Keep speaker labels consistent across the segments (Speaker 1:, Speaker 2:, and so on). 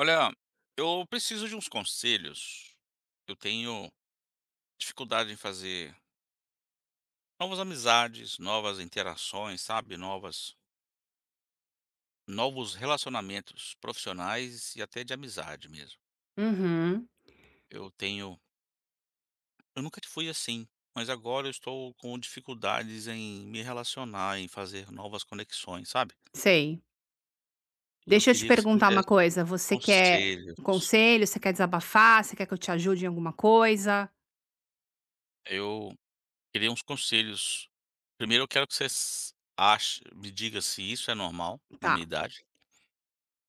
Speaker 1: Olha, eu preciso de uns conselhos. Eu tenho dificuldade em fazer novas amizades, novas interações, sabe? Novos relacionamentos profissionais e até de amizade mesmo.
Speaker 2: Uhum,
Speaker 1: Eu tenho, eu nunca fui assim, mas agora eu estou com dificuldades em me relacionar, em fazer novas conexões, sabe?
Speaker 2: sei.
Speaker 1: E eu
Speaker 2: Deixa eu te
Speaker 1: queria que você me
Speaker 2: perguntar uma
Speaker 1: desse
Speaker 2: coisa,
Speaker 1: uns
Speaker 2: você quer um
Speaker 1: conselhos.
Speaker 2: conselho, você quer desabafar, você quer que eu te ajude em alguma coisa?
Speaker 1: Eu Queria uns conselhos. Primeiro eu quero que você s ache me diga se isso é normal na
Speaker 2: Tá,
Speaker 1: minha idade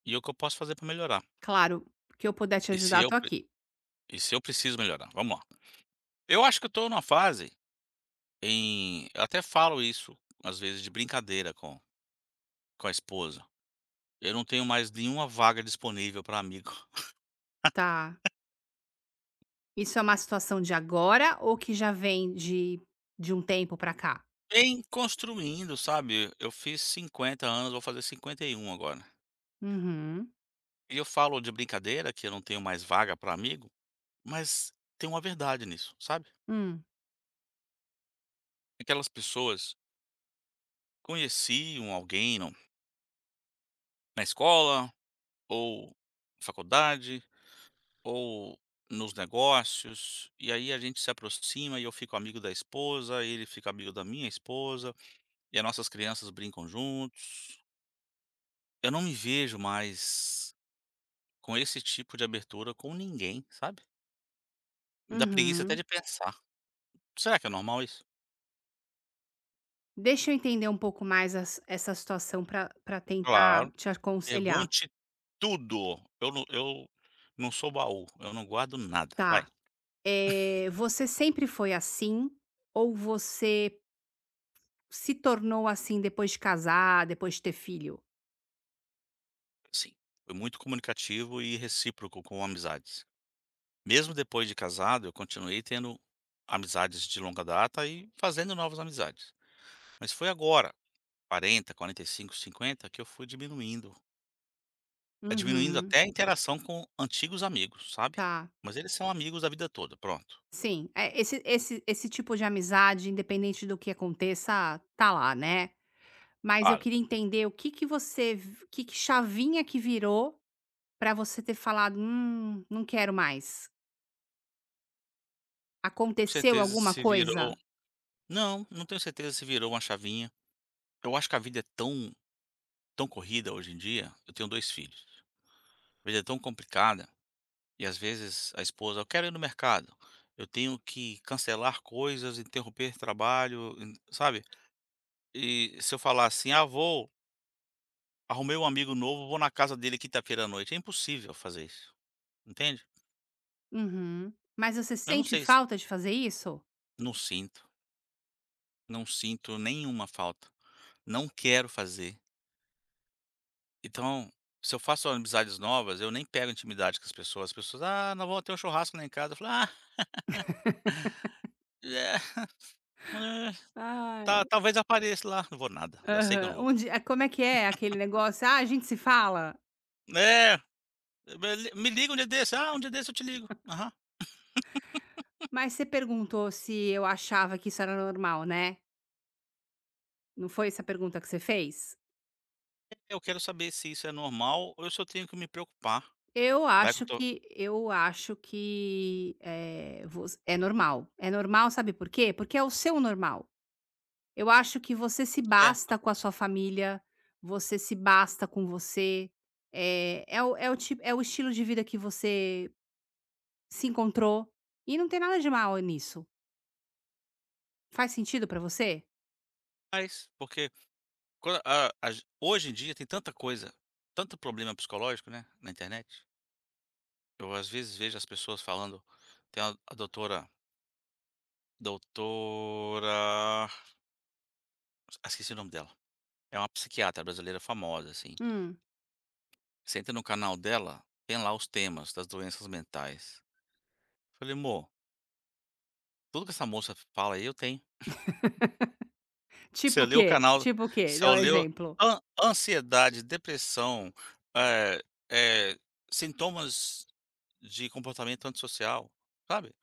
Speaker 1: e o que eu posso fazer para melhorar.
Speaker 2: claro, o que eu puder te
Speaker 1: E se
Speaker 2: ajudar,
Speaker 1: eu
Speaker 2: tô
Speaker 1: pre
Speaker 2: aqui.
Speaker 1: e se eu preciso melhorar. Vamos lá. Eu acho que eu estou numa fase eu até falo isso, às vezes, de brincadeira com a esposa. Eu não tenho mais nenhuma vaga disponível para amigo.
Speaker 2: Tá. Isso é uma situação de agora ou que já vem de um tempo pra cá?
Speaker 1: Vem construindo, sabe. Eu fiz 50 anos, vou fazer 51 agora.
Speaker 2: Uhum.
Speaker 1: E eu falo de brincadeira que eu não tenho mais vaga para amigo, mas tem uma verdade nisso, sabe.
Speaker 2: Hum.
Speaker 1: Aquelas pessoas conheciam alguém no na escola, ou na faculdade, ou nos negócios, e aí a gente se aproxima e eu fico amigo da esposa, ele fica amigo da minha esposa, e as nossas crianças brincam juntos. Eu não me vejo mais com esse tipo de abertura com ninguém, sabe. Dá preguiça até
Speaker 2: Uhum.
Speaker 1: de pensar. Será que é normal isso?
Speaker 2: Deixa eu entender um pouco mais as essa situação pra tentar
Speaker 1: Claro.
Speaker 2: te aconselhar.
Speaker 1: Pergunte tudo. Eu não sou baú, eu não guardo nada. Vai.
Speaker 2: Tá. É você sempre foi assim ou você se tornou assim depois de casar, depois de ter filho?
Speaker 1: Sim, foi muito comunicativo e recíproco com amizades. Mesmo depois de casado, eu continuei tendo amizades de longa data e fazendo novas amizades. Mas foi agora, 40 45 50, que eu fui diminuindo. Diminuindo
Speaker 2: Uhum.
Speaker 1: até a interação com antigos amigos, sabe?
Speaker 2: Tá,
Speaker 1: Mas eles são amigos da vida toda, pronto.
Speaker 2: sim. É, esse tipo de amizade, independente do que aconteça, tá lá, né. Mas eu
Speaker 1: Claro,
Speaker 2: queria entender o que que chavinha que virou pra você ter falado: não quero mais".
Speaker 1: com
Speaker 2: Aconteceu
Speaker 1: certeza
Speaker 2: alguma
Speaker 1: se virou.
Speaker 2: coisa?
Speaker 1: Não, não tenho certeza se virou uma chavinha. Eu acho que a vida é tão, tão corrida hoje em dia. Eu tenho dois filhos. A vida é tão complicada. E às vezes a esposa: "Eu quero ir no mercado, eu tenho que cancelar coisas, interromper trabalho", en sabe. E se eu falar assim: "Ah, vou arrumei um amigo novo, vou na casa dele quinta-feira à noite", é impossível fazer isso, entende.
Speaker 2: Uhum. Mas você
Speaker 1: Eu não
Speaker 2: sente
Speaker 1: sei se
Speaker 2: falta de fazer isso?
Speaker 1: não sinto, não sinto nenhuma falta, não quero fazer. Então, se eu faço amizades novas, eu nem pego intimidade com as pessoas. As pessoas: "Ah, nós vamos ter um churrasco lá em casa", eu falo: "Ah, é, é, tá,
Speaker 2: Ai.
Speaker 1: talvez apareça lá", não vou nada, já sei que eu não
Speaker 2: Aham.
Speaker 1: vou.
Speaker 2: Um dia, como é que é aquele negócio: "Ah, a gente se fala"?
Speaker 1: É. Me liga um dia desse. "Ah, um dia desse eu te ligo". Aham.
Speaker 2: Mas você perguntou se eu achava que isso era normal, né? Não foi essa a pergunta que você fez?
Speaker 1: Eu quero saber se isso é normal ou eu só tenho que me preocupar. Vai que eu tô
Speaker 2: Eu acho que, eh, voc é normal. É normal, sabe por quê? Porque é o seu normal. Eu acho que você se
Speaker 1: é.
Speaker 2: basta com a sua família, você se basta com você, é o estilo de vida que você se encontrou, e não tem nada de mal nisso. Faz sentido pra você?
Speaker 1: Mas porque quan a ge hoje em dia tem tanta coisa, tanto problema psicológico, né, na internet. Eu às vezes vejo as pessoas falando, tem a doutora, ah, esqueci o nome dela. É uma psiquiatra brasileira famosa, assim.
Speaker 2: Hum.
Speaker 1: Você entra no canal dela, tem lá os temas das doenças mentais. Falei: "Mô, tudo que essa moça fala aí eu tenho". Se
Speaker 2: Tipo
Speaker 1: eu
Speaker 2: o
Speaker 1: ler o
Speaker 2: quê?
Speaker 1: canal
Speaker 2: Tipo o quê?
Speaker 1: se
Speaker 2: Dá
Speaker 1: eu
Speaker 2: um
Speaker 1: ler o
Speaker 2: exemplo.
Speaker 1: an ansiedade, depressão, eh eh, sintomas de comportamento antissocial, sabe.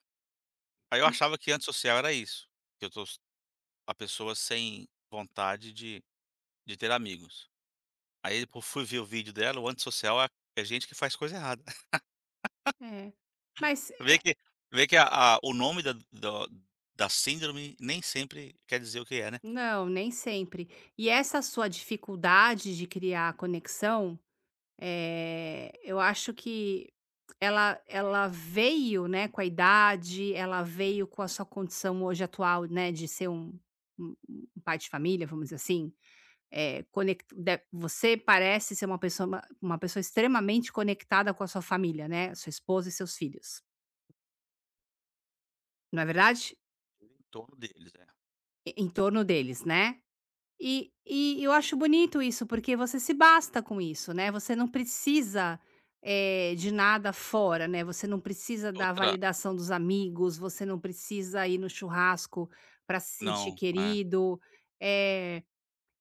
Speaker 1: Aí eu achava que antissocial era isso, que eu tô s a pessoa sem vontade de ter amigos. Aí depo fui ver o vídeo dela, o antissocial é gente que faz coisa errada.
Speaker 2: É. Mas
Speaker 1: Vê que vê que a o nome da síndrome nem sempre quer dizer o que é, né.
Speaker 2: não, nem sempre. E essa sua dificuldade de criar conexão, eu acho que ela veio, né, com a idade, ela veio com a sua condição hoje atual, né, de ser um um pai de família, vamos dizer assim, eh, conec de você parece ser uma pessoa extremamente conectada com a sua família, né, sua esposa e seus filhos, não é verdade?
Speaker 1: Em torno deles, é.
Speaker 2: E em torno deles, né? E eu acho bonito isso, porque você se basta com isso, né, você não precisa, de nada fora, né, você não precisa da
Speaker 1: Outra
Speaker 2: validação dos amigos, você não precisa ir no churrasco para se sentir
Speaker 1: não, é.
Speaker 2: querido, eh,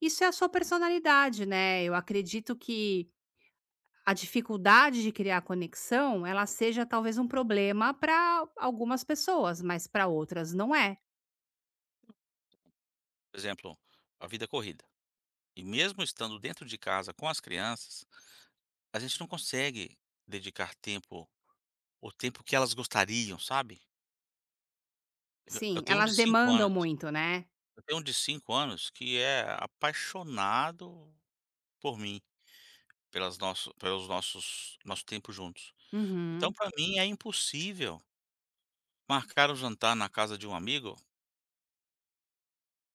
Speaker 2: isso é a sua personalidade, né, eu acredito que a dificuldade de criar conexão, ela seja talvez um problema para algumas pessoas, mas para outras não é.
Speaker 1: Por exemplo, a vida corrida. E mesmo estando dentro de casa com as crianças, a gente não consegue dedicar tempo, o tempo que elas gostariam, sabe? Eu
Speaker 2: Sim,
Speaker 1: tenho um
Speaker 2: elas
Speaker 1: de cinco
Speaker 2: demandam
Speaker 1: anos
Speaker 2: muito, né.
Speaker 1: que é apaixonado por mim, pelas nosso pelos nossos nosso tempo juntos. Então
Speaker 2: Uhum,
Speaker 1: para mim é impossível marcar um jantar na casa de um amigo,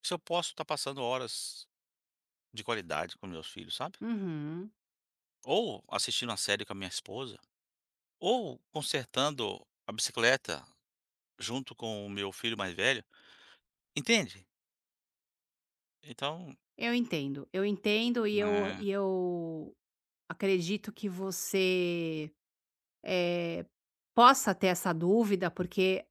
Speaker 1: se eu posso estar passando horas de qualidade com meus filhos, sabe?
Speaker 2: uhum.
Speaker 1: Ou assistindo uma série com a minha esposa. Ou consertando a bicicleta junto com o meu filho mais velho, entende? Então,
Speaker 2: Eu entendo, eu entendo e eu
Speaker 1: eh,
Speaker 2: e eu acredito que você, eh, possa ter essa dúvida, porque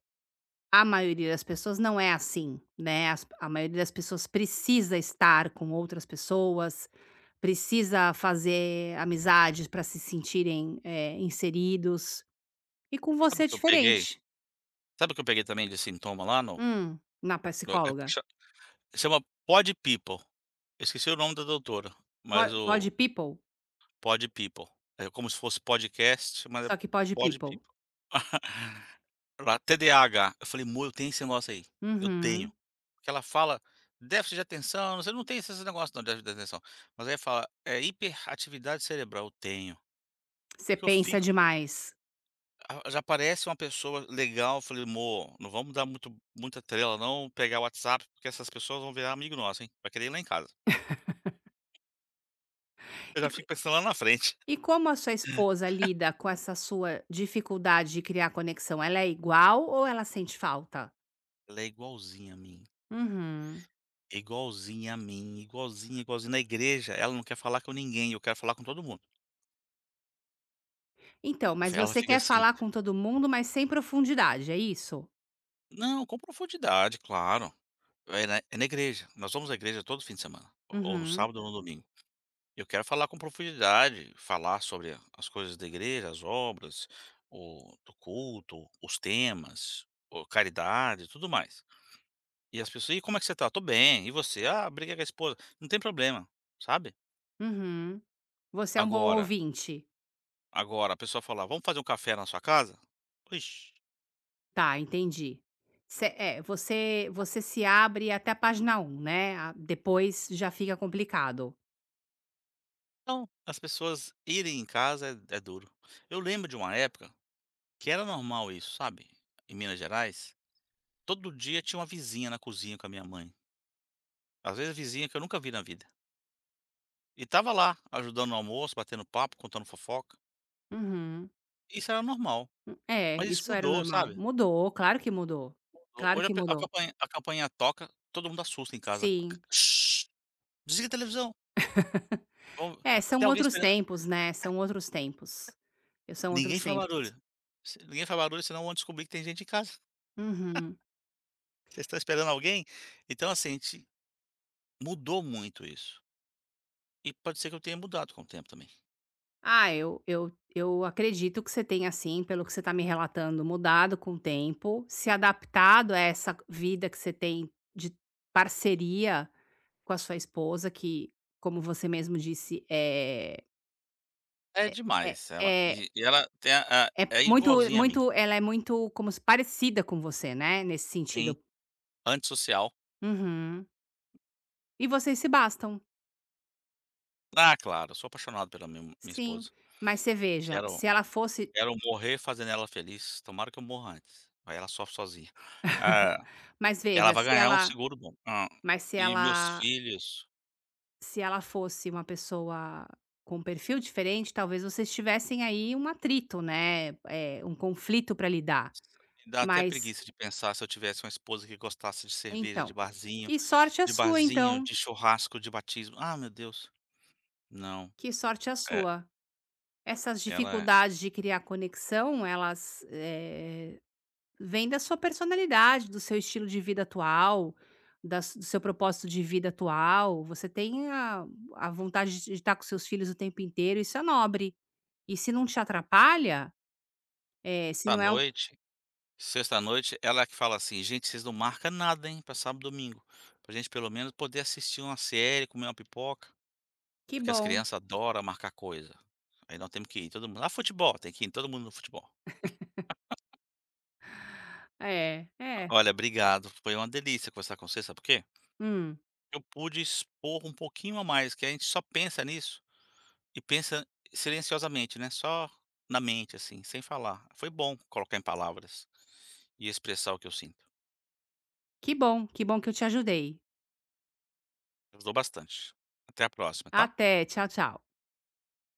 Speaker 2: a maioria das pessoas não é assim, né, as a maioria das pessoas precisa estar com outras pessoas, precisa fazer amizades para se sentirem, inseridos, e com
Speaker 1: sabe
Speaker 2: você é
Speaker 1: o que eu peguei?
Speaker 2: diferente.
Speaker 1: Sabe o que eu peguei também de sintoma lá no
Speaker 2: Na
Speaker 1: no
Speaker 2: psicóloga?
Speaker 1: chama Pod People. Eu esqueci o nome da doutora,
Speaker 2: Po
Speaker 1: mas
Speaker 2: Pod
Speaker 1: o
Speaker 2: people?
Speaker 1: Pod People. É como se fosse podcast, mas é
Speaker 2: Só que pode
Speaker 1: Pod
Speaker 2: people.
Speaker 1: People. Lá, TDAH. Eu falei: "Mô, eu tenho esse negócio aí, eu tenho".
Speaker 2: Uhum.
Speaker 1: Porque ela fala déficit de atenção, você não tem esses negócios não, déficit de atenção. Mas aí fala: "É hiperatividade cerebral", eu tenho.
Speaker 2: Você
Speaker 1: Porque eu
Speaker 2: pensa
Speaker 1: fico
Speaker 2: demais.
Speaker 1: a já aparece uma pessoa legal, eu falei: "Mô, não vamos dar muito muita trela não, pegar o WhatsApp, porque essas pessoas vão virar amigo nosso, hein. Vai querer ir lá em casa". Eu
Speaker 2: E
Speaker 1: já fico pensando lá na frente.
Speaker 2: E como a sua esposa lida com essa sua dificuldade de criar conexão? Ela é igual ou ela sente falta?
Speaker 1: Ela é igualzinha a mim,
Speaker 2: Uhum.
Speaker 1: é igualzinha a mim, igualzinha, igualzinha. Na igreja, ela não quer falar com ninguém, eu quero falar com todo mundo.
Speaker 2: Então, mas
Speaker 1: Ela
Speaker 2: você
Speaker 1: fica
Speaker 2: quer
Speaker 1: assim:
Speaker 2: falar com todo mundo, mas sem profundidade, é isso?
Speaker 1: "Não, com profundidade, claro. É na igreja, nós vamos à igreja todo fim de semana, ou no
Speaker 2: Uhum,
Speaker 1: sábado ou no domingo". Eu quero falar com profundidade, falar sobre as coisas da igreja, as obras, o do culto, os temas, o caridade, tudo mais. E as pessoas: "E como é que você tá?". "Tô bem". "E você?". "Ah, briguei com a esposa". Não tem problema, sabe.
Speaker 2: uhum. Você é um bom
Speaker 1: Agora
Speaker 2: ouvinte.
Speaker 1: agora a pessoa falar: "Vamos fazer um café na sua casa?". Ixi.
Speaker 2: Tá, entendi. Você, se abre até a página um, né? Depois já fica complicado.
Speaker 1: Então, as pessoas irem em casa é duro. Eu lembro de uma época que era normal isso, sabe, em Minas Gerais, todo dia tinha uma vizinha na cozinha com a minha mãe, às vezes vizinha que eu nunca vi na vida. E tava lá, ajudando no almoço, batendo papo, contando fofoca.
Speaker 2: Uhum.
Speaker 1: Isso era normal,
Speaker 2: É,
Speaker 1: mas isso
Speaker 2: isso era
Speaker 1: mudou,
Speaker 2: normal.
Speaker 1: sabe.
Speaker 2: Mudou, claro que mudou. Claro
Speaker 1: Hoje
Speaker 2: que
Speaker 1: a
Speaker 2: mudou.
Speaker 1: campainha a campainha toca, todo mundo assusta em casa.
Speaker 2: Sim.
Speaker 1: Shhh, "Desliga a televisão, vamos,
Speaker 2: É, são
Speaker 1: tem alguém
Speaker 2: outros
Speaker 1: esperando".
Speaker 2: tempos, né, são outros tempos. Eu são
Speaker 1: Ninguém
Speaker 2: outros
Speaker 1: faz
Speaker 2: tempos.
Speaker 1: barulho. Se ninguém faz barulho, senão vão descobrir que tem gente em casa.
Speaker 2: Uhum.
Speaker 1: Vocês estão esperando alguém? Então, assim, a gente mudou muito isso. E pode ser que eu tenha mudado com o tempo também.
Speaker 2: Ah, eu acredito que você tenha assim, pelo que você está me relatando, mudado com o tempo, se adaptado a essa vida que você tem de parceria com a sua esposa, que, como você mesmo disse,
Speaker 1: É
Speaker 2: é é
Speaker 1: demais, ela
Speaker 2: é
Speaker 1: e ela tem a
Speaker 2: é
Speaker 1: é
Speaker 2: muito
Speaker 1: igualzinha a mim,
Speaker 2: muito ela é muito como se parecida com você, né, nesse sentido.
Speaker 1: tem antissocial.
Speaker 2: Uhum. E vocês se bastam.
Speaker 1: Ah, claro, eu sou apaixonado pela minha
Speaker 2: Sim,
Speaker 1: esposa,
Speaker 2: mas você veja,
Speaker 1: quero
Speaker 2: se ela fosse.
Speaker 1: quero morrer fazendo ela feliz, tomara que eu morra antes, aí ela sofre sozinha. Ah,
Speaker 2: Mas
Speaker 1: ela
Speaker 2: veja,
Speaker 1: vai
Speaker 2: se
Speaker 1: ganhar um
Speaker 2: ela,
Speaker 1: seguro bom. Hã,
Speaker 2: mas se
Speaker 1: e meus
Speaker 2: ela
Speaker 1: filhos,
Speaker 2: se ela fosse uma pessoa com um perfil diferente, talvez vocês tivessem aí um atrito, né, um conflito para lidar.
Speaker 1: dá até
Speaker 2: Mas
Speaker 1: preguiça de pensar se eu tivesse uma esposa que gostasse de cerveja, de
Speaker 2: então,
Speaker 1: barzinho,
Speaker 2: que sorte a sua então,
Speaker 1: de churrasco, de batismo. Ah, meu Deus, não,
Speaker 2: que sorte a
Speaker 1: eh,
Speaker 2: sua. Essas
Speaker 1: ela
Speaker 2: dificuldades de criar conexão, elas, vêm da sua personalidade, do seu estilo de vida atual, da do seu propósito de vida atual. Você tem a vontade de estar com seus filhos o tempo inteiro, isso é nobre. E se não te atrapalha, se
Speaker 1: esta
Speaker 2: não é um
Speaker 1: noite Sexta noite, ela que fala assim: "Gente, vocês não marcam nada, hein, pra sábado, e domingo, pra gente pelo menos poder assistir uma série, comer uma pipoca",
Speaker 2: que
Speaker 1: porque as
Speaker 2: bom.
Speaker 1: crianças adoram marcar coisa. Aí nós temos que ir todo mundo: "Ah, futebol", tem que ir todo mundo no futebol.
Speaker 2: É, é.
Speaker 1: Olha, obrigado, foi uma delícia conversar com você, sabe por quê?
Speaker 2: Hum.
Speaker 1: Eu pude expor um pouquinho a mais, que a gente só pensa nisso e pensa silenciosamente, né, só na mente, assim, sem falar. Foi bom colocar em palavras e expressar o que eu sinto.
Speaker 2: Que bom, que bom que eu te ajudei.
Speaker 1: Ajudou bastante. Até a próxima, tá?
Speaker 2: Até, tchau, tchau.